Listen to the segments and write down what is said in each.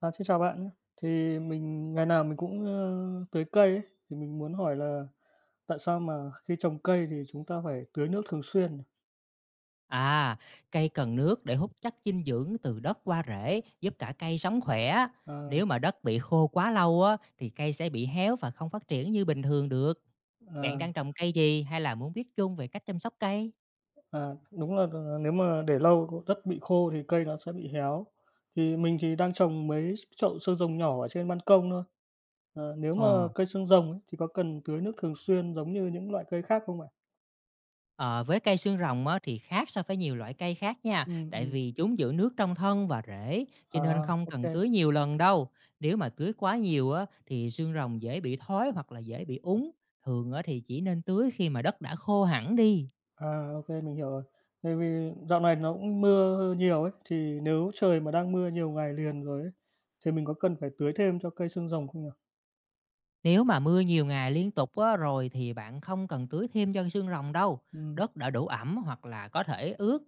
À, xin chào bạn nhé. Thì mình ngày nào mình cũng, tưới cây ấy, thì mình muốn hỏi là tại sao mà khi trồng cây thì chúng ta phải tưới nước thường xuyên nhỉ? À, cây cần nước để hút chất dinh dưỡng từ đất qua rễ, giúp cả cây sống khỏe. À, Nếu mà đất bị khô quá lâu á, thì cây sẽ bị héo và không phát triển như bình thường được. Bạn à, đang trồng cây gì hay là muốn biết chung về cách chăm sóc cây? à, đúng là nếu mà để lâu đất bị khô thì cây nó sẽ bị héo. Thì mình thì đang trồng mấy chậu xương rồng nhỏ ở trên ban công thôi. Ờ, nếu mà Ờ, cây xương rồng ấy thì có cần tưới nước thường xuyên giống như những loại cây khác không ạ? ờ, với cây xương rồng á, thì khác so với nhiều loại cây khác nha, Ừ, tại vì chúng giữ nước trong thân và rễ, cho nên à, không cần OK. tưới nhiều lần đâu. Nếu mà tưới quá nhiều á, thì xương rồng dễ bị thói hoặc là dễ bị úng. Thường á, thì chỉ nên tưới khi mà đất đã khô hẳn đi. À, ok, mình hiểu rồi. Tại vì dạo này nó cũng mưa nhiều ấy, thì nếu trời mà đang mưa nhiều ngày liền rồi ấy, thì mình có cần phải tưới thêm cho cây xương rồng không nhỉ? Nếu mà mưa nhiều ngày liên tục á, rồi thì bạn không cần tưới thêm cho xương rồng đâu. Ừ. Đất đã đủ ẩm hoặc là có thể ướt.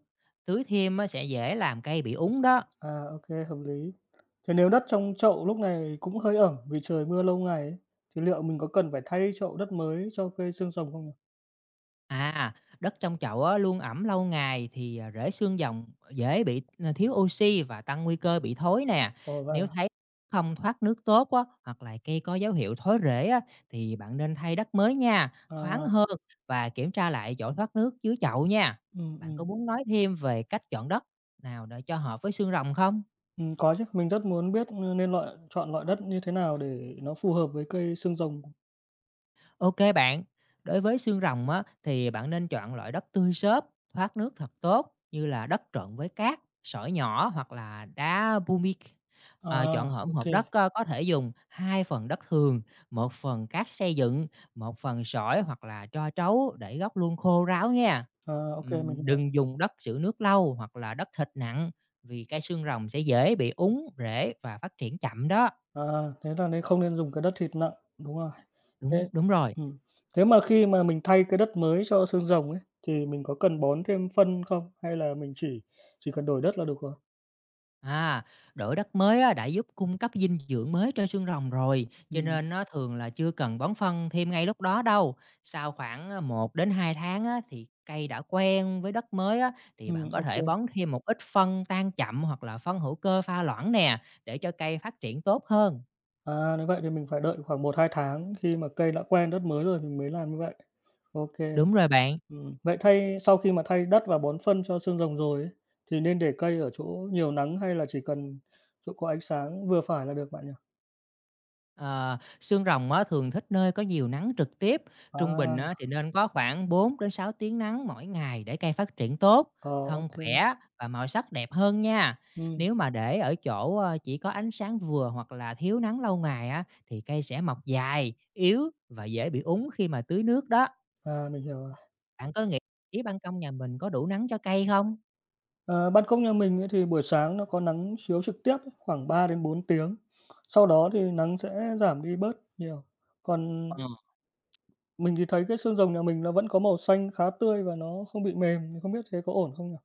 Tưới thêm á, sẽ dễ làm cây bị úng đó. À, ok, hợp lý. Thế nếu đất trong chậu lúc này cũng hơi ẩm vì trời mưa lâu ngày ấy, thì liệu mình có cần phải thay chậu đất mới cho cây xương rồng không nhỉ? À, đất trong chậu á, luôn ẩm lâu ngày thì rễ xương dòng dễ bị thiếu oxy và tăng nguy cơ bị thối nè. Ồ, vậy Nếu à? thấy không thoát nước tốt á, hoặc là cây có dấu hiệu thối rễ á, thì bạn nên thay đất mới nha, thoáng À, hơn và kiểm tra lại chỗ thoát nước dưới chậu nha. ừm, Bạn có ừm, muốn nói thêm về cách chọn đất nào để cho hợp với xương rồng không? Có chứ, mình rất muốn biết, nên chọn loại đất như thế nào để nó phù hợp với cây xương rồng. Ok bạn, đối với xương rồng á, thì bạn nên chọn loại đất tươi xốp, thoát nước thật tốt như là đất trộn với cát, sỏi nhỏ hoặc là đá pumic. À, À, chọn hỗn ok, hợp kê, đất có thể dùng hai phần đất thường, một phần cát xây dựng, một phần sỏi hoặc là tro trấu để gốc luôn khô ráo nha. à, ô mình hiểu. Đừng dùng đất giữ nước lâu hoặc là đất thịt nặng vì cây xương rồng sẽ dễ bị úng, rễ và phát triển chậm đó. À, thế là nên không nên dùng cái đất thịt nặng, đúng rồi. Đúng Thế đúng rồi. ừm, thế mà khi mà mình thay cái đất mới cho xương rồng ấy, thì mình có cần bón thêm phân không? Hay là mình chỉ cần đổi đất là được rồi? À, đổi đất mới á, đã giúp cung cấp dinh dưỡng mới cho xương rồng rồi, cho Ừm, nên nó thường là chưa cần bón phân thêm ngay lúc đó đâu. Sau khoảng một đến 2 tháng á, thì cây đã quen với đất mới á, thì bạn có ô thể kê. bón thêm một ít phân tan chậm hoặc là phân hữu cơ pha loãng nè để cho cây phát triển tốt hơn. À, nếu vậy thì mình phải đợi khoảng một hai tháng khi mà cây đã quen đất mới rồi mình mới làm như vậy. Ô kê, Đúng rồi bạn. ừm. Vậy thay sau khi mà thay đất và bón phân cho xương rồng rồi ấy, thì nên để cây ở chỗ nhiều nắng hay là chỉ cần chỗ có ánh sáng vừa phải là được bạn nhỉ? Ờ, xương rồng á, thường thích nơi có nhiều nắng trực tiếp, À, trung bình á, thì nên có khoảng 4 đến 6 tiếng nắng mỗi ngày để cây phát triển tốt, ờ, ô thân kê, khỏe và màu sắc đẹp hơn nha. ừm. Nếu mà để ở chỗ chỉ có ánh sáng vừa hoặc là thiếu nắng lâu ngày á, thì cây sẽ mọc dài, yếu và dễ bị úng khi mà tưới nước đó. À, mình hiểu rồi. Bạn có nghĩ ban công nhà mình có đủ nắng cho cây không? Ờ, ban công nhà mình ấy thì buổi sáng nó có nắng chiếu trực tiếp ấy, khoảng ba đến bốn tiếng. Sau đó thì nắng sẽ giảm đi bớt nhiều. Còn mình thì thấy cái xương rồng nhà mình nó vẫn có màu xanh khá tươi và nó không bị mềm, thì không biết thế có ổn không nhỉ?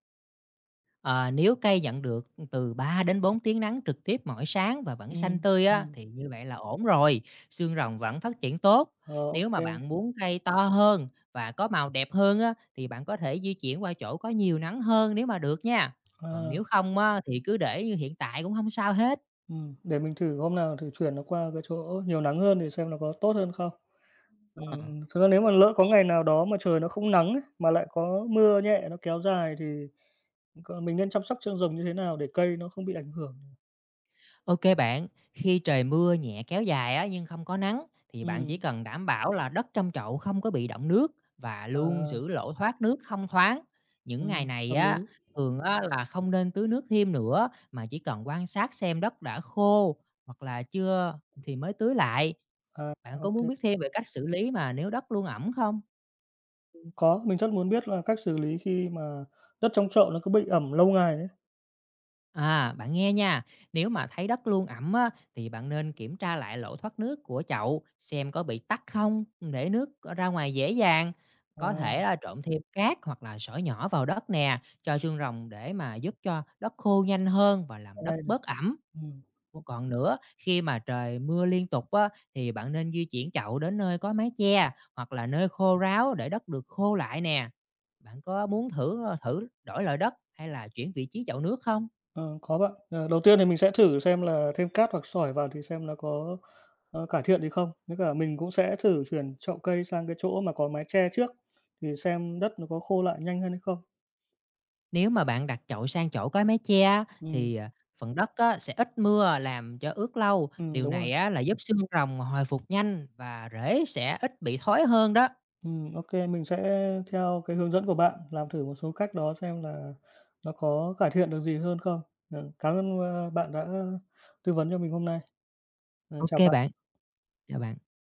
Ờ, nếu cây nhận được từ 3 đến 4 tiếng nắng trực tiếp mỗi sáng và vẫn Ừ, xanh tươi á, ừm. thì như vậy là ổn rồi, xương rồng vẫn phát triển tốt. Ờ, ô. Nếu mà bạn muốn cây to hơn và có màu đẹp hơn á, thì bạn có thể di chuyển qua chỗ có nhiều nắng hơn nếu mà được nha. Còn À, nếu không á, thì cứ để như hiện tại cũng không sao hết. Để mình thử hôm nào thử chuyển nó qua cái chỗ nhiều nắng hơn thì xem nó có tốt hơn không. Ờ. Thực ra nếu mà lỡ có ngày nào đó mà trời nó không nắng ấy, mà lại có mưa nhẹ nó kéo dài thì. Còn mình nên chăm sóc chân rừng như thế nào để cây nó không bị ảnh hưởng? Ok bạn, khi trời mưa nhẹ kéo dài á, nhưng không có nắng thì bạn chỉ Ừm, cần đảm bảo là đất trong chậu không có bị đọng nước và luôn à, giữ lỗ thoát nước thông thoáng. Những ngày này hợp á, lý. thường á, là không nên tưới nước thêm nữa mà chỉ cần quan sát xem đất đã khô hoặc là chưa thì mới tưới lại. À, Bạn có ô, muốn biết thêm về cách xử lý mà nếu đất luôn ẩm không? có, mình rất muốn biết là cách xử lý khi mà đất trong chậu nó cứ bị ẩm lâu ngày ấy. À, bạn nghe nha, nếu mà thấy đất luôn ẩm á, thì bạn nên kiểm tra lại lỗ thoát nước của chậu xem có bị tắc không để nước có ra ngoài dễ dàng. Có thể À, là trộn thêm cát hoặc là sỏi nhỏ vào đất nè cho xương rồng để mà giúp cho đất khô nhanh hơn và làm đất hay này. bớt ẩm. Ừm, Còn nữa, khi mà trời mưa liên tục á, thì bạn nên di chuyển chậu đến nơi có mái che hoặc là nơi khô ráo để đất được khô lại nè. Bạn có muốn thử thử đổi loại đất hay là chuyển vị trí chậu nước không? ờ, có bạn. Ờ, đầu tiên thì mình sẽ thử xem là thêm cát hoặc sỏi vào thì xem nó có, cải thiện gì không. Với cả mình cũng sẽ thử chuyển chậu cây sang cái chỗ mà có mái che trước, thì xem đất nó có khô lại nhanh hơn hay không. Nếu mà bạn đặt chậu sang chỗ có mái che á, Ừ, thì phần đất á, sẽ ít mưa làm cho ướt lâu. Điều đúng rồi. này á, là giúp xương rồng hồi phục nhanh và rễ sẽ ít bị thối hơn đó. Ô mình sẽ theo cái hướng dẫn của bạn, làm thử một số cách đó xem là nó có cải thiện được gì hơn không. Ờ, cảm ơn, bạn đã tư vấn cho mình hôm nay. Ờ, Ok chào bạn, bạn. chào bạn.